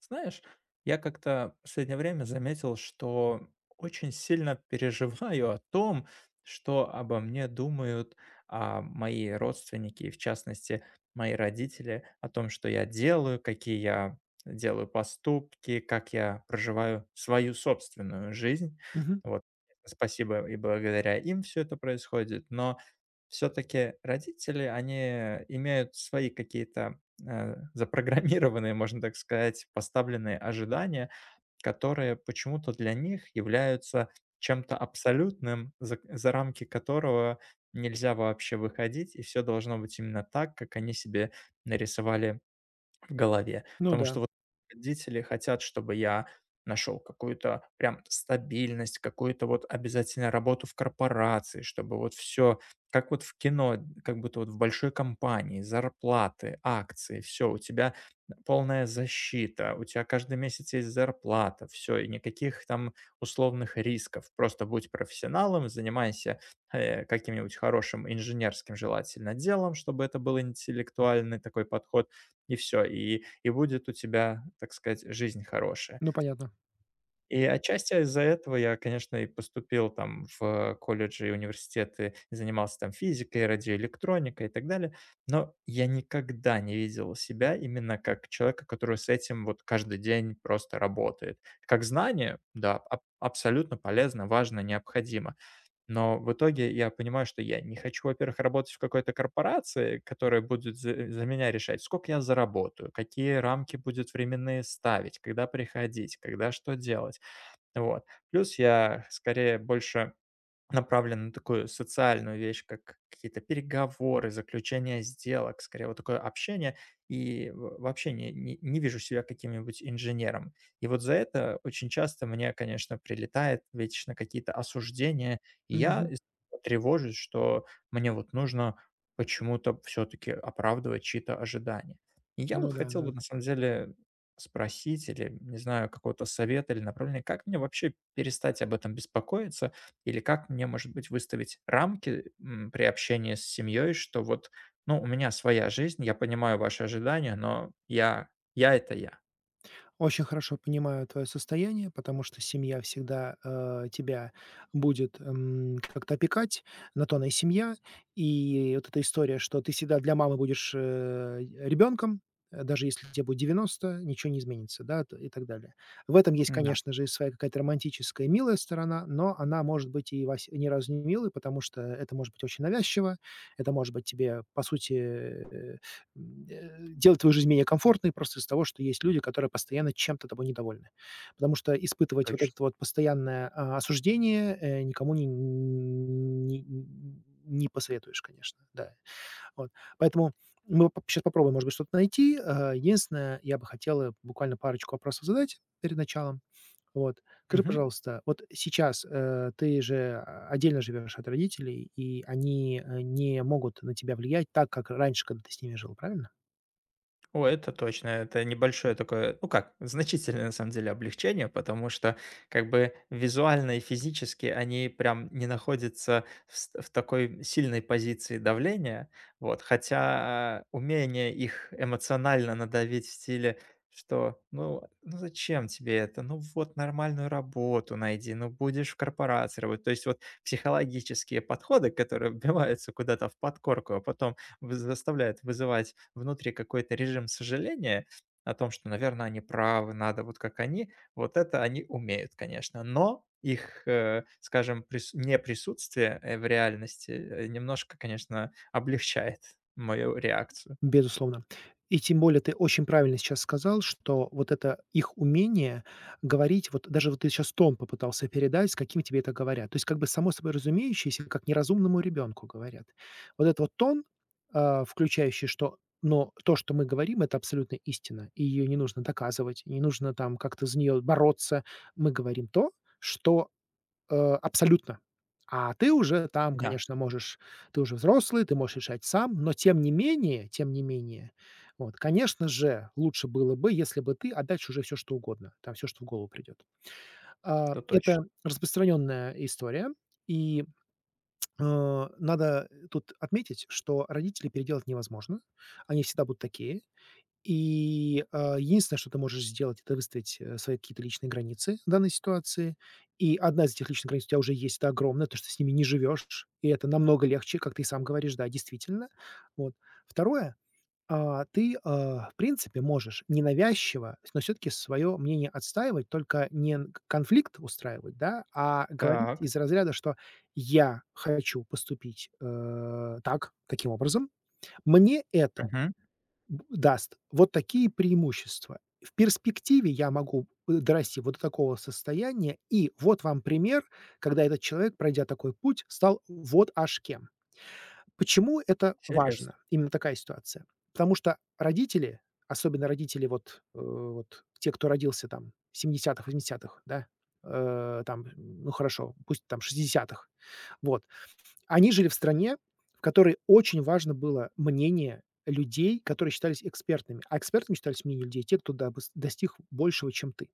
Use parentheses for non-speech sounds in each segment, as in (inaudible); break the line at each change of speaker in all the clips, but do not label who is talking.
Знаешь, я как-то в последнее время заметил, что очень сильно переживаю о том, что обо мне думают мои родственники, и в частности, мои родители, о том, что я делаю, какие я делаю поступки, как я проживаю свою собственную жизнь.
Мгм.
Вот. Спасибо и благодаря им все это происходит, но все-таки родители, они имеют свои какие-то запрограммированные, можно так сказать, поставленные ожидания, которые почему-то для них являются чем-то абсолютным, за рамки которого нельзя вообще выходить, и все должно быть именно так, как они себе нарисовали в голове.
Ну
Потому
да,
что вот родители хотят, чтобы я нашел какую-то прям стабильность, какую-то вот обязательно работу в корпорации, чтобы вот все, как вот в кино, как будто вот в большой компании, зарплаты, акции, все, у тебя полная защита, у тебя каждый месяц есть зарплата, все, и никаких там условных рисков, просто будь профессионалом, занимайся каким-нибудь хорошим инженерским желательно делом, чтобы это был интеллектуальный такой подход, и все и будет у тебя, так сказать, жизнь хорошая.
ну понятно.
И отчасти из-за этого я, конечно, и поступил там в колледжи и университеты, занимался там физикой, радиоэлектроникой и так далее. Но я никогда не видел себя именно как человека, который с этим вот каждый день просто работает. Как знание, да, аб абсолютно полезно, важно, необходимо. Но в итоге я понимаю, что я не хочу, во-первых, работать в какой-то корпорации, которая будет за меня решать, сколько я заработаю, какие рамки будет временные ставить, когда приходить, когда что делать. Вот. Плюс я скорее больше направлен на такую социальную вещь, как какие-то переговоры, заключение сделок, скорее вот такое общение. И в вообще не вижу себя каким-нибудь инженером. И вот за это очень часто мне, конечно, прилетает вечно какие-то осуждения. И я
Мгм.
из тревожусь, что мне вот нужно почему-то все таки оправдывать чьи-то ожидания. И я
Ну
вот
да,
хотел
да.
бы на самом деле спросить или, не знаю, какого-то совета или направления, как мне вообще перестать об этом беспокоиться или как мне, может быть, выставить рамки, при общении с семьей, что вот, ну, у меня своя жизнь, я понимаю ваши ожидания, но я — это я.
Очень хорошо понимаю твое состояние, потому что семья всегда, тебя будет, как-то опекать, на то она и семья. И вот эта история, что ты всегда для мамы будешь, ребенком, даже если тебе будет 90, ничего не изменится, да, т и так далее. В этом есть,
Да,
конечно же, и своя какая-то романтическая, и милая сторона, но она может быть и вась ни разу не милой, потому что это может быть очень навязчиво, это может быть тебе, по сути, делать твою жизнь менее комфортной просто из-за того, что есть люди, которые постоянно чем-то тобой недовольны. Потому что испытывать вот это
точно.
вот постоянное, осуждение, никому не посоветуешь, конечно, да. Вот. Поэтому мы сейчас попробуем, может быть, что-то найти. Единственное, я бы хотела буквально парочку вопросов задать перед началом. Вот. Скажи,
Мгм.
пожалуйста, вот сейчас, ты же отдельно живешь от родителей, и они, не могут на тебя влиять так, как раньше, когда ты с ними жил, правильно?
О, это точно. Это небольшое такое, ну как, значительное на самом деле облегчение, потому что как бы визуально и физически они прям не находятся в, в такой сильной позиции давления. Вот. Хотя умение их эмоционально надавить в стиле, что ну, ну зачем тебе это? Ну вот нормальную работу найди, ну будешь в корпорации работать. То есть вот психологические подходы, которые (laughs) вбиваются куда-то в подкорку, а потом вы заставляет вызывать внутри какой-то режим сожаления о том, что, наверное, они правы, надо вот как они. Вот это они умеют, конечно, но их, скажем, прис неприсутствие, в реальности, немножко, конечно, облегчает мою реакцию.
Безусловно. И тем более ты очень правильно сейчас сказал, что вот это их умение говорить, вот даже вот ты сейчас тон попытался передать, с каким тебе это говорят. То есть как бы само собой разумеющееся, как неразумному ребенку говорят. Вот этот вот тон, включающий, что но то, что мы говорим, это абсолютно истина, и ее не нужно доказывать, не нужно там как-то за нее бороться. Мы говорим то, что абсолютно. А ты уже там,
Да,
конечно, можешь ты уже взрослый, ты можешь решать сам, но тем не менее, вот, конечно же, лучше было бы, если бы ты, а дальше уже всё что угодно, там все что в голову придет.
то точно.
Это распространенная история, и, э, надо тут отметить, что родителей переделать невозможно. Они всегда будут такие. И, единственное, что ты можешь сделать, это выставить, свои какие-то личные границы в данной ситуации. И одна из этих личных границ у тебя уже есть, это огромная, то, что ты с ними не живешь, и это намного легче, как ты и сам говоришь, да, действительно. Вот. Второе, ты, в принципе, можешь ненавязчиво, но все таки свое мнение отстаивать, только не н конфликт устраивать, да, а говорить
Так.
из разряда, что «я хочу поступить, так, таким образом. Мне это
Мгм.
б даст вот такие преимущества. В перспективе я могу, дорасти вот до такого состояния, и вот вам пример, когда этот человек, пройдя такой путь, стал вот аж кем. Почему это
Интересно.
важно, именно такая ситуация? Потому что родители, особенно родители вот, вот те, кто родился там в семидесятых, восьмидесятых, да, там, ну, хорошо, пусть там шестидесятых, вот, они жили в стране, в которой очень важно было мнение людей, которые считались экспертными, а экспертами считались мнения людей, те, кто дабыс достиг большего, чем ты.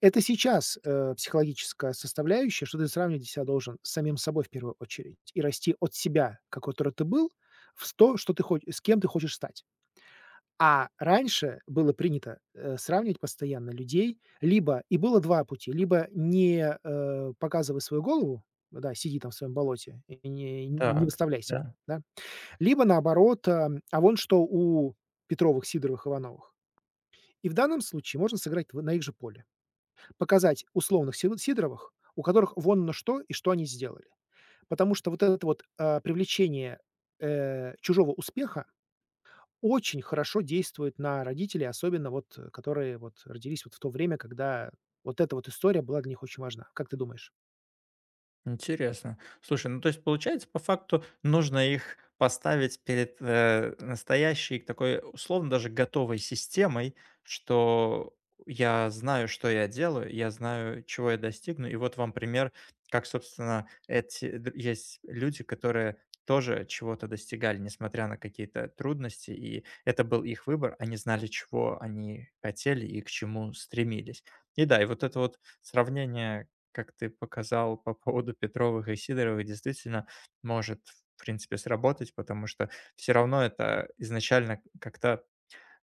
Это сейчас, психологическая составляющая, что ты сравнивать себя должен с самим собой в первую очередь и расти от себя, какой, ты был, в то, что ты хоч с кем ты хочешь стать. А раньше было принято, сравнивать постоянно людей. Либо и было 2 пути: либо не, показывай свою голову, да, сиди там в своем болоте и не
Так,
выставляйся,
да.
да. Либо наоборот, вон что у Петровых, Сидоровых, Ивановых. И в данном случае можно сыграть в на их же поле. Показать условных Сиду Сидоровых, у которых вон на что и что они сделали. Потому что вот это вот, привлечение, чужого успеха, очень хорошо действует на родителей, особенно вот, которые вот родились вот в то время, когда вот эта вот история была для них очень важна. Как ты думаешь?
Интересно. Слушай, ну то есть получается, по факту нужно их поставить перед настоящей такой, условно, даже готовой системой, что я знаю, что я делаю, я знаю, чего я достигну. И вот вам пример, как, собственно, есть люди, которые тоже чего-то достигали, несмотря на какие-то трудности, и это был их выбор, они знали, чего они хотели и к чему стремились. И да, и вот это вот сравнение как ты показал по поводу Петровых и Сидоровых, действительно может, в принципе, сработать, потому что все равно это изначально как-то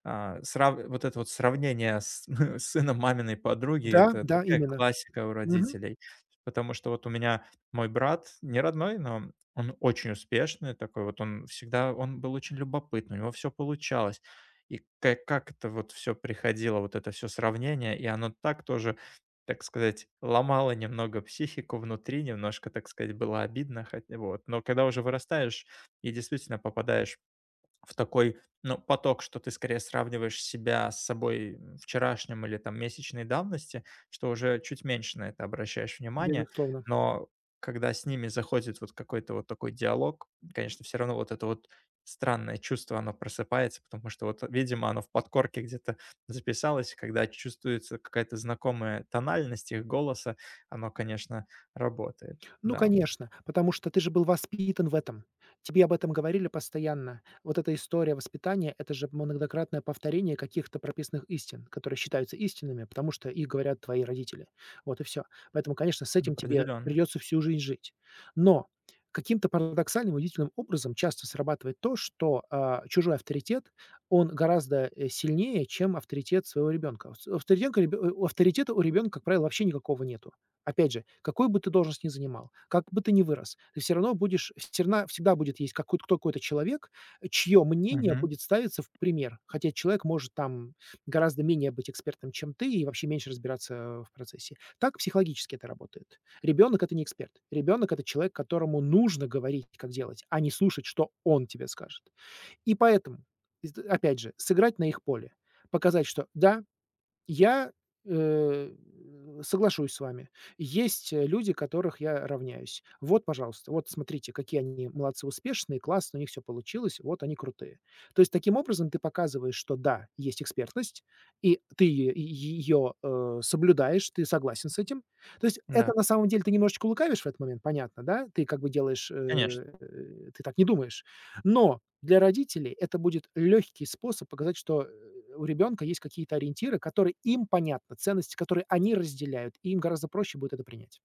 а, срав вот это вот сравнение с (laughs) с сыном маминой подруги —
Да,
это
да,
такая
именно.
классика у
Мгм.
родителей. Потому что вот у меня мой брат, не родной, но он очень успешный такой вот, он был очень любопытный, у него все получалось. И ка как это вот все приходило, вот это все сравнение, и оно так тоже, так сказать, ломало немного психику внутри, немножко, так сказать, было обидно, хот вот. Но когда уже вырастаешь и действительно попадаешь в такой, ну, поток, что ты скорее сравниваешь себя с собой, вчерашним или там месячной давности, что уже чуть меньше на это обращаешь внимание.
Безусловно.
Но когда с ними заходит вот какой-то вот такой диалог, конечно, все равно вот это вот странное чувство, оно просыпается, потому что вот, видимо, оно в подкорке где-то записалось. Когда чувствуется какая-то знакомая тональность их голоса, оно, конечно, работает.
Ну,
Да,
конечно, потому что ты же был воспитан в этом. Тебе об этом говорили постоянно. Вот эта история воспитания — это же многократное повторение каких-то прописанных истин, которые считаются истинными, потому что их говорят твои родители. Вот и все. Поэтому, конечно, с этим тебе
определенно.
придется всю жизнь жить. Но каким-то парадоксальным, удивительным образом часто срабатывает то, что, чужой авторитет, он гораздо, сильнее, чем авторитет своего ребенка. Авторитета у ребенка, как правило, вообще никакого нету. Опять же, какую бы ты должность ни занимал, как бы ты ни вырос, ты все равно будешь всё всегда будет есть какой-то человек, чье мнение
Мгм.
будет ставиться в пример. Хотя человек может там гораздо менее быть экспертом, чем ты, и вообще меньше разбираться, в процессе. Так психологически это работает. Ребенок — это не эксперт. Ребенок — это человек, которому нужно говорить, как делать, а не слушать, что он тебе скажет. И поэтому, из опять же, сыграть на их поле. Показать, что да, я, э, соглашусь с вами. Есть, люди, которых я равняюсь. Вот, пожалуйста, вот смотрите, какие они молодцы, успешные, классно, у них все получилось, вот они крутые. То есть таким образом ты показываешь, что да, есть экспертность, и ты ее соблюдаешь, ты согласен с этим. То есть это
Да,
на самом деле ты немножечко лукавишь в этот момент, понятно, да? Ты как бы делаешь,
конечно.
ты так не думаешь. Но для родителей это будет легкий способ показать, что, у ребенка есть какие-то ориентиры, которые им понятны, ценности, которые они разделяют, и им гораздо проще будет это принять.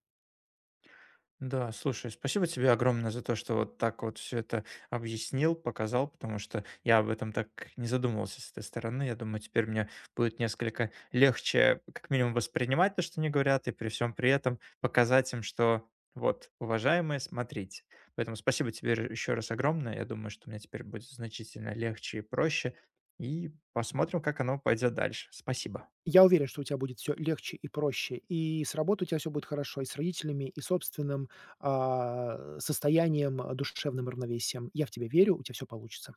Да, слушай, спасибо тебе огромное за то, что вот так вот все это объяснил, показал, потому что я об этом так не задумывался с этой стороны. Я думаю, теперь мне будет несколько легче, как минимум, воспринимать то, что они говорят, и при всем при этом показать им, что вот, уважаемые, смотрите. Поэтому спасибо тебе еще раз огромное. Я думаю, что мне теперь будет значительно легче и проще. И посмотрим, как оно пойдет дальше. Спасибо.
Я уверен, что у тебя будет все легче и проще, и с работой у тебя все будет хорошо, и с родителями, и собственным, состоянием, душевным равновесием. Я в тебя верю, у тебя все получится.